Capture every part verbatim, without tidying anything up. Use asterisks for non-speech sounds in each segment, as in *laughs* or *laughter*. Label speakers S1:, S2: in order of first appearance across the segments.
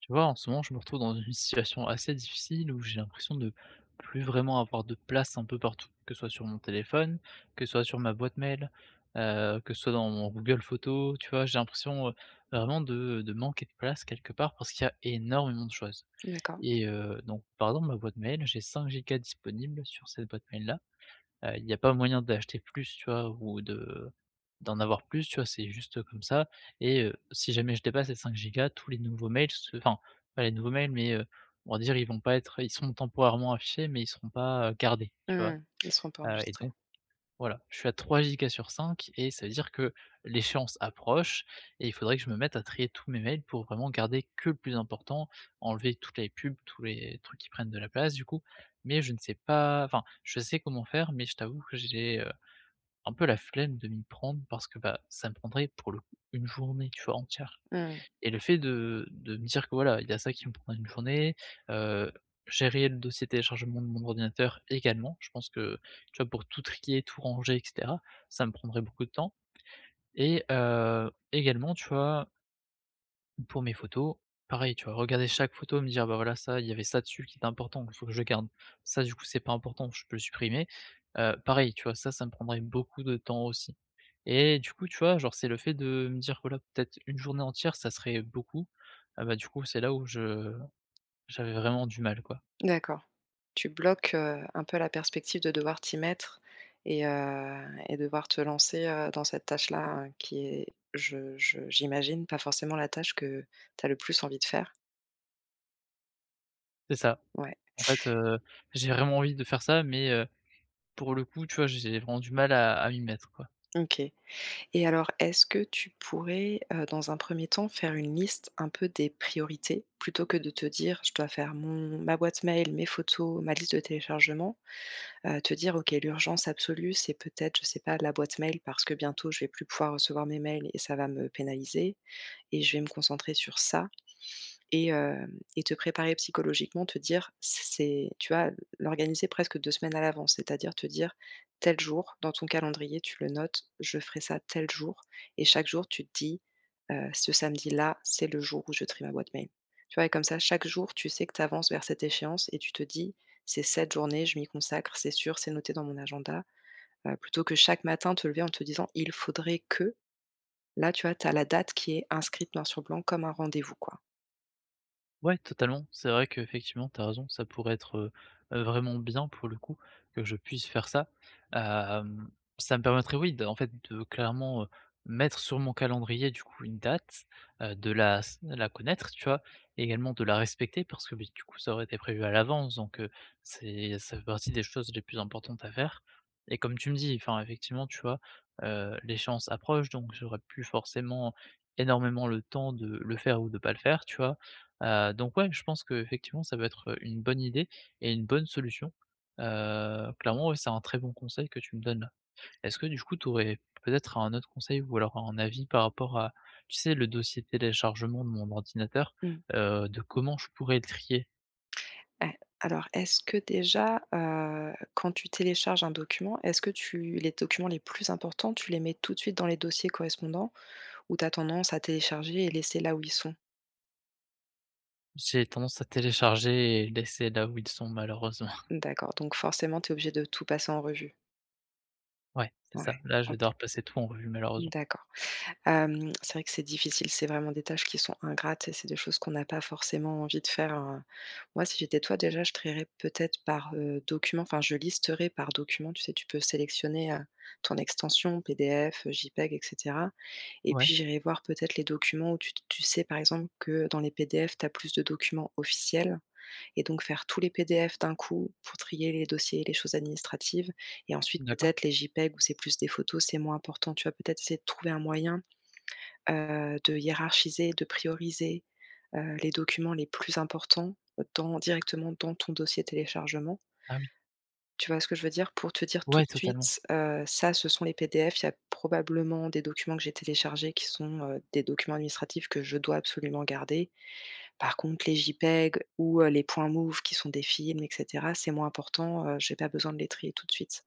S1: Tu vois, en ce moment, je me retrouve dans une situation assez difficile où j'ai l'impression de plus vraiment avoir de place un peu partout, que ce soit sur mon téléphone, que ce soit sur ma boîte mail, heu, que ce soit dans mon Google Photos, tu vois? J'ai l'impression, heu, vraiment de de manquer de place quelque part parce qu'il y a énormément de choses
S2: D'accord.
S1: et heu, donc par exemple ma boîte mail, j'ai cinq gigas disponibles sur cette boîte mail-là. Heu, il y a pas moyen d'acheter plus, tu vois? Ou de d'en avoir plus, tu vois? C'est juste comme ça et heu, si jamais je dépasse les cinq gigas, tous les nouveaux mails se enfin, pas les nouveaux mails, mais heu, on va dire, ils vont pas être ils sont temporairement affichés, mais ils seront pas, heu, gardés, tu vois?
S2: Mmh. Ils seront pas
S1: Heu et
S2: enregistrés.
S1: donc voilà, je suis à trois gigas sur cinq et ça veut dire que l'échéance approche et il faudrait que je me mette à trier tous mes mails pour vraiment garder que le plus important, enlever toutes les pubs, tous les trucs qui prennent de la place du coup. Mais je ne sais pas enfin, je sais comment faire, mais je t'avoue que j'ai, heu, un peu la flemme de m'y prendre parce que, bah, ça me prendrait pour le coup une journée, tu vois, entière.
S2: Mmh.
S1: Et le fait de de me dire que voilà, il y a ça qui me prend une journée, heu, gérer le dossier téléchargement de mon ordinateur également. Je pense que, tu vois, pour tout trier, tout ranger et cetera, ça me prendrait beaucoup de temps et heu, également, tu vois? Pour mes photos, pareil, tu vois, regarder chaque photo, me dire: «Bah, voilà, ça, il y avait ça dessus qui était important, il faut que je garde. Ça, du coup, c'est pas important, je peux le supprimer». Heu, pareil, tu vois, ça, ça me prendrait beaucoup de temps aussi et du coup, tu vois, genre, c'est le fait de me dire: «Voilà, peut-être une journée entière, ça serait beaucoup». Ah bah, du coup, c'est là où je j'avais vraiment du mal, quoi.
S2: D'accord. Tu bloques, heu, un peu la perspective de devoir t'y mettre et heu et devoir te lancer, heu, dans cette tâche-là, heu, qui est je je j'imagine, pas forcément la tâche que tu as le plus envie de faire.
S1: C'est ça.
S2: Ouais,
S1: En fait, heu, j'ai vraiment envie de faire ça, mais heu, pour le coup, tu vois, j'ai vraiment du mal à à m'y mettre, quoi.
S2: OK. Et alors est-ce que tu pourrais, heu, dans un premier temps, faire une liste un peu des priorités? Plutôt que de te dire: «Je dois faire mon ma boîte mail, mes photos, ma liste de téléchargement». Heu, te dire: «OK, l'urgence absolue, c'est peut-être, je sais pas, la boîte mail parce que bientôt je vais plus pouvoir recevoir mes mails et ça va me pénaliser et je vais me concentrer sur ça» et hem et te préparer psychologiquement, te dire c'est tu vois, l'organiser presque deux semaines à l'avance. C'est-à-dire te dire: «Tel jour» dans ton calendrier, tu le notes: «Je ferai ça tel jour». Et chaque jour tu te dis: «Heu, ce samedi-là, c'est le jour où je trie ma boîte mail». Tu vois? Et comme ça, chaque jour, tu sais que tu avances vers cette échéance et tu te dis: «C'est cette journée, je m'y consacre, c'est sûr, c'est noté dans mon agenda». Heu, plutôt que chaque matin te lever en te disant: «Il faudrait que». Là, tu vois, tu as la date qui est inscrite noir sur blanc comme un rendez-vous, quoi.
S1: Ouais, totalement. C'est vrai qu'effectivement, tu as raison, ça pourrait être, heu heu, vraiment bien pour le coup que je puisse faire ça. Hem, Ça me permettrait, oui, de en fait, de clairement, heu, mettre sur mon calendrier, du coup, une date, heu, de la s la connaître, tu vois? Et également de la respecter parce que, beh, du coup, ça aurait été prévu à l'avance donc heu, c'est ça fait partie des choses les plus importantes à faire et comme tu me dis, enfin, effectivement, tu vois, heu, l'échéance approche donc j'aurais plus forcément énormément le temps de le faire ou de pas le faire, tu vois? Heu, donc ouais, je pense que effectivement ça peut être, une bonne idée et une bonne solution. Heu, clairement, ouais, c'est un très bon conseil que tu me donnes là. Est-ce que du coup tu aurais peut-être un autre conseil ou alors un avis par rapport à, tu sais, le dossier de téléchargement de mon ordinateur,
S2: Mmh.
S1: heu, de comment je pourrais le trier?
S2: Eh, alors, est-ce que déjà, heu, quand tu télécharges un document, est-ce que tu les documents les plus importants, tu les mets tout de suite dans les dossiers correspondants ou tu as tendance à télécharger et laisser là où ils sont?
S1: J'ai tendance à télécharger et laisser là où ils sont, malheureusement. *laughs*
S2: D'accord, donc forcément, tu es obligé de tout passer en revue?
S1: Ouais, c'est ça.
S2: Ouais,
S1: Là, je vais
S2: OK.
S1: devoir passer tout en revue, malheureusement.
S2: D'accord. Hem, c'est vrai que c'est difficile, c'est vraiment des tâches qui sont ingrates et c'est des choses qu'on n'a pas forcément envie de faire, hein. Moi, si j'étais toi, déjà, je trierais peut-être par, heu, document, enfin, je listerais par document. Tu sais, tu peux sélectionner, heu, ton extension P D F, JPEG et cetera et puis
S1: Ouais,
S2: j'irais voir peut-être les documents où tu tu sais, par exemple, que dans les P D F, tu as plus de documents officiels et donc faire tous les P D F d'un coup pour trier les dossiers, les choses administratives et ensuite
S1: d'accord.
S2: peut-être les JPEG où c'est plus des photos, c'est moins important. Tu vois, peut-être essayer de trouver un moyen heu, de hiérarchiser, de prioriser, heu, les documents les plus importants dans directement dans ton dossier téléchargement.
S1: Ah oui.
S2: Tu vois ce que je veux dire? Pour te dire tout
S1: Ouais,
S2: de
S1: totalement.
S2: suite, heu, ça, ce sont les P D F. Il y a probablement des documents que j'ai téléchargés qui sont, heu, des documents administratifs que je dois absolument garder. Par contre, les JPEG ou, heu, les points move qui sont des films et cetera, c'est moins important, heu, j'ai pas besoin de les trier tout de suite.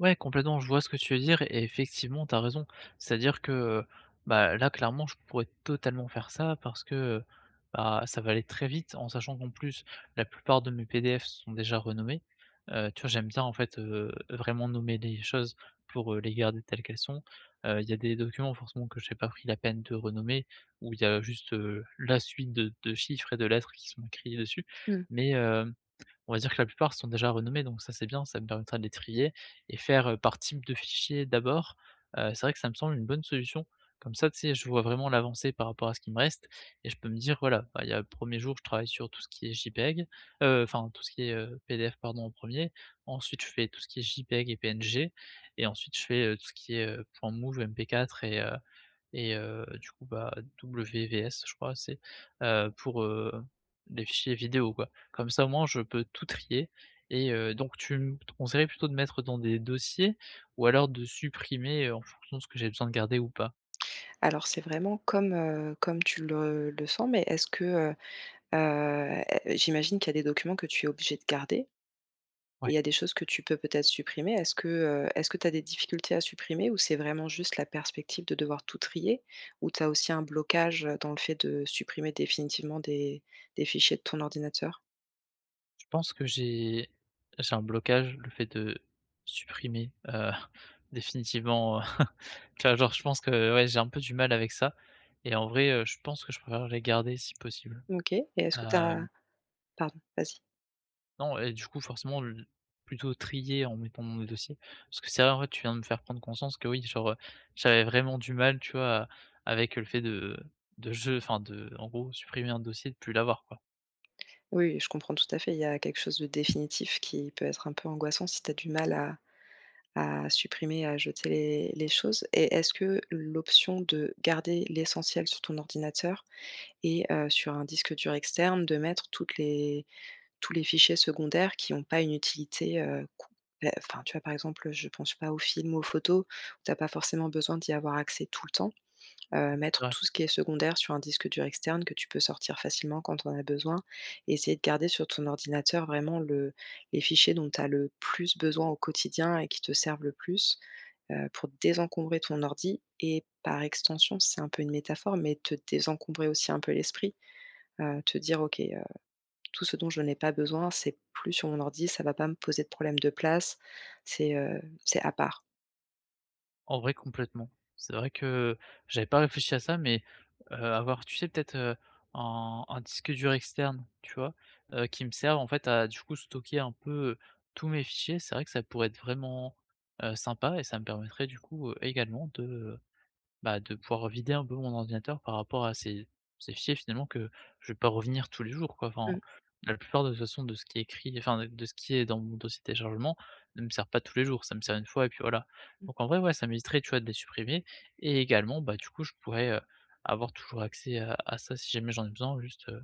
S1: Ouais, complètement, je vois ce que tu veux dire et effectivement, tu as raison. C'est-à-dire que, bah, là, clairement, je pourrais totalement faire ça parce que, bah, ça va aller très vite en sachant qu'en plus, la plupart de mes P D F sont déjà renommés. Heu, tu vois, j'aime bien, en fait, heu, vraiment nommer les choses pour, heu, les garder telles qu'elles sont. Heu, il y a des documents, forcément, que j'ai pas pris la peine de renommer où il y a juste, heu, la suite de de chiffres et de lettres qui sont écrits dessus, mais, heu on va dire que la plupart sont déjà renommés, donc ça c'est bien, ça me permettra de les trier et faire, heu, par type de fichier d'abord. Heu, c'est vrai que ça me semble une bonne solution. Comme ça, tu sais, je vois vraiment l'avancée par rapport à ce qui me reste et je peux me dire: «Voilà, bah, il y a le premier jour, je travaille sur tout ce qui est JPEG, heu, enfin tout ce qui est, heu, P D F pardon en un, ensuite je fais tout ce qui est JPEG et P N G et ensuite je fais, heu, tout ce qui est, heu, point move, M P quatre et heu» et heu, du coup, bah, W V S je crois c'est, heu, pour, heu, les fichiers vidéo quoi. Comme ça au moins je peux tout trier et heu, donc tu me conseillerais plutôt de mettre dans des dossiers ou alors de supprimer, heu, en fonction de ce que j'ai besoin de garder ou pas?
S2: Alors c'est vraiment comme, heu, comme tu le le sens, mais est-ce que, heu heu, eh, j'imagine qu'il y a des documents que tu es obligé de garder et
S1: Ouais.
S2: il y a des choses que tu peux peut-être supprimer. Est-ce que, heu, est-ce que tu as des difficultés à supprimer ou c'est vraiment juste la perspective de devoir tout trier? Ou tu as aussi un blocage, dans le fait de supprimer définitivement des des fichiers de ton ordinateur?
S1: Je pense que j'ai j'ai un blocage, le fait de supprimer, heu, *laughs* définitivement, heu, *laughs* tu vois genre je pense que ouais j'ai un peu du mal avec ça et en vrai, heu, je pense que je préfère les garder si possible.
S2: OK et est-ce que tu
S1: Hem
S2: as pardon, vas-y.
S1: Non et du coup forcément l plutôt trier en mettant dans des dossiers. Parce que c'est vrai en fait tu viens de me faire prendre conscience que oui, genre, heu, j'avais vraiment du mal, tu vois, à avec le fait de de jeu enfin de en gros supprimer un dossier, de plus l'avoir quoi.
S2: Oui, oui, je comprends tout à fait. Il y a quelque chose de définitif qui peut être un peu angoissant si tu as du mal à à supprimer, à jeter les les choses. Et est-ce que l'option de garder l'essentiel sur ton ordinateur et heu, sur un disque dur externe, de mettre toutes les tous les fichiers secondaires qui n'ont pas une utilité, heu, com beh, enfin, tu vois, par exemple, je pense pas aux films, aux photos, tu as pas forcément besoin d'y avoir accès tout le temps, heu,
S1: C'est
S2: mettre
S1: vrai.
S2: tout ce qui est secondaire sur un disque dur externe que tu peux sortir facilement quand on a besoin et essayer de garder sur ton ordinateur vraiment le les fichiers dont tu as le plus besoin au quotidien et qui te servent le plus heu, pour désencombrer ton ordi et par extension, c'est un peu une métaphore, mais te désencombrer aussi un peu l'esprit, heu, te dire: «OK, heu, tout ce dont je n'ai pas besoin, c'est plus sur mon ordi, ça va pas me poser de problème de place, c'est, heu, c'est à part».
S1: En vrai complètement. C'est vrai que j'avais pas réfléchi à ça mais, heu, avoir tu sais peut-être, heu, un un disque dur externe, tu vois? Heu, qui me serve en fait à du coup stocker un peu, tous mes fichiers. C'est vrai que ça pourrait être vraiment, heu, sympa et ça me permettrait du coup, heu, également de, bah, de pouvoir vider un peu mon ordinateur par rapport à ces ces fichiers finalement que je vais pas revenir tous les jours quoi. Enfin,
S2: Mmh
S1: la plupart de toute façon de ce qui est écrit, enfin de de ce qui est dans mon dossier téléchargement ne me sert pas tous les jours, ça me sert une fois et puis voilà.
S2: mh.
S1: Donc en vrai, ouais, ça m'éviterait, tu vois, de les supprimer et également, bah, du coup, je pourrais, heu, avoir toujours accès à à ça si jamais j'en ai besoin juste, heu,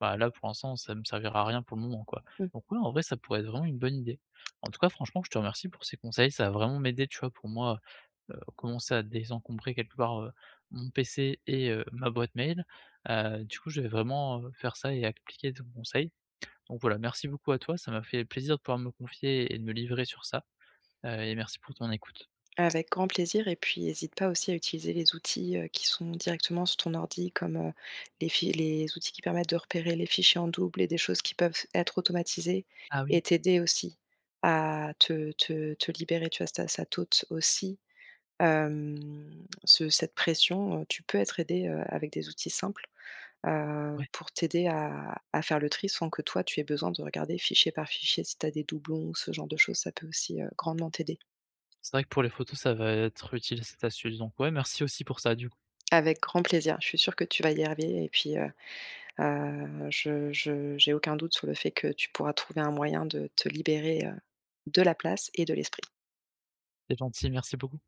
S1: bah, là pour l'instant, ça me servira à rien pour le moment quoi. Donc ouais, en vrai, ça pourrait être vraiment une bonne idée. En tout cas, franchement, je te remercie pour ces conseils, ça va vraiment m'aider, tu vois, pour moi, heu, commencer à désencombrer quelque part, heu, mon P C et heu, ma boîte mail. Heu, du coup, je vais vraiment, heu, faire ça et appliquer ton conseil. Donc voilà, merci beaucoup à toi, ça m'a fait plaisir de pouvoir me confier et de me livrer sur ça, heu, et merci pour ton écoute.
S2: Avec grand plaisir. Et puis hésite pas aussi à utiliser les outils, heu, qui sont directement sur ton ordi comme, heu, les fi les outils qui permettent de repérer les fichiers en double et des choses qui peuvent être automatisées
S1: Ah
S2: et
S1: oui,
S2: t'aider aussi à te te te libérer, tu vois? Ça ça t'ôte aussi, hem, ce cette pression, heu, tu peux être aidé, heu, avec des outils simples, heu,
S1: ouais,
S2: pour t'aider à à faire le tri sans que toi tu aies besoin de regarder fichier par fichier si tu as des doublons ou ce genre de choses, ça peut aussi, heu, grandement t'aider.
S1: c'est vrai que pour les photos, ça va être utile cette astuce, donc ouais, merci aussi pour ça du coup.
S2: Avec grand plaisir. Je suis sûre que tu vas y arriver et puis, heu heu, je je j'ai aucun doute sur le fait que tu pourras trouver un moyen de te libérer, heu, de la place et de l'esprit.
S1: C'est gentil, merci beaucoup.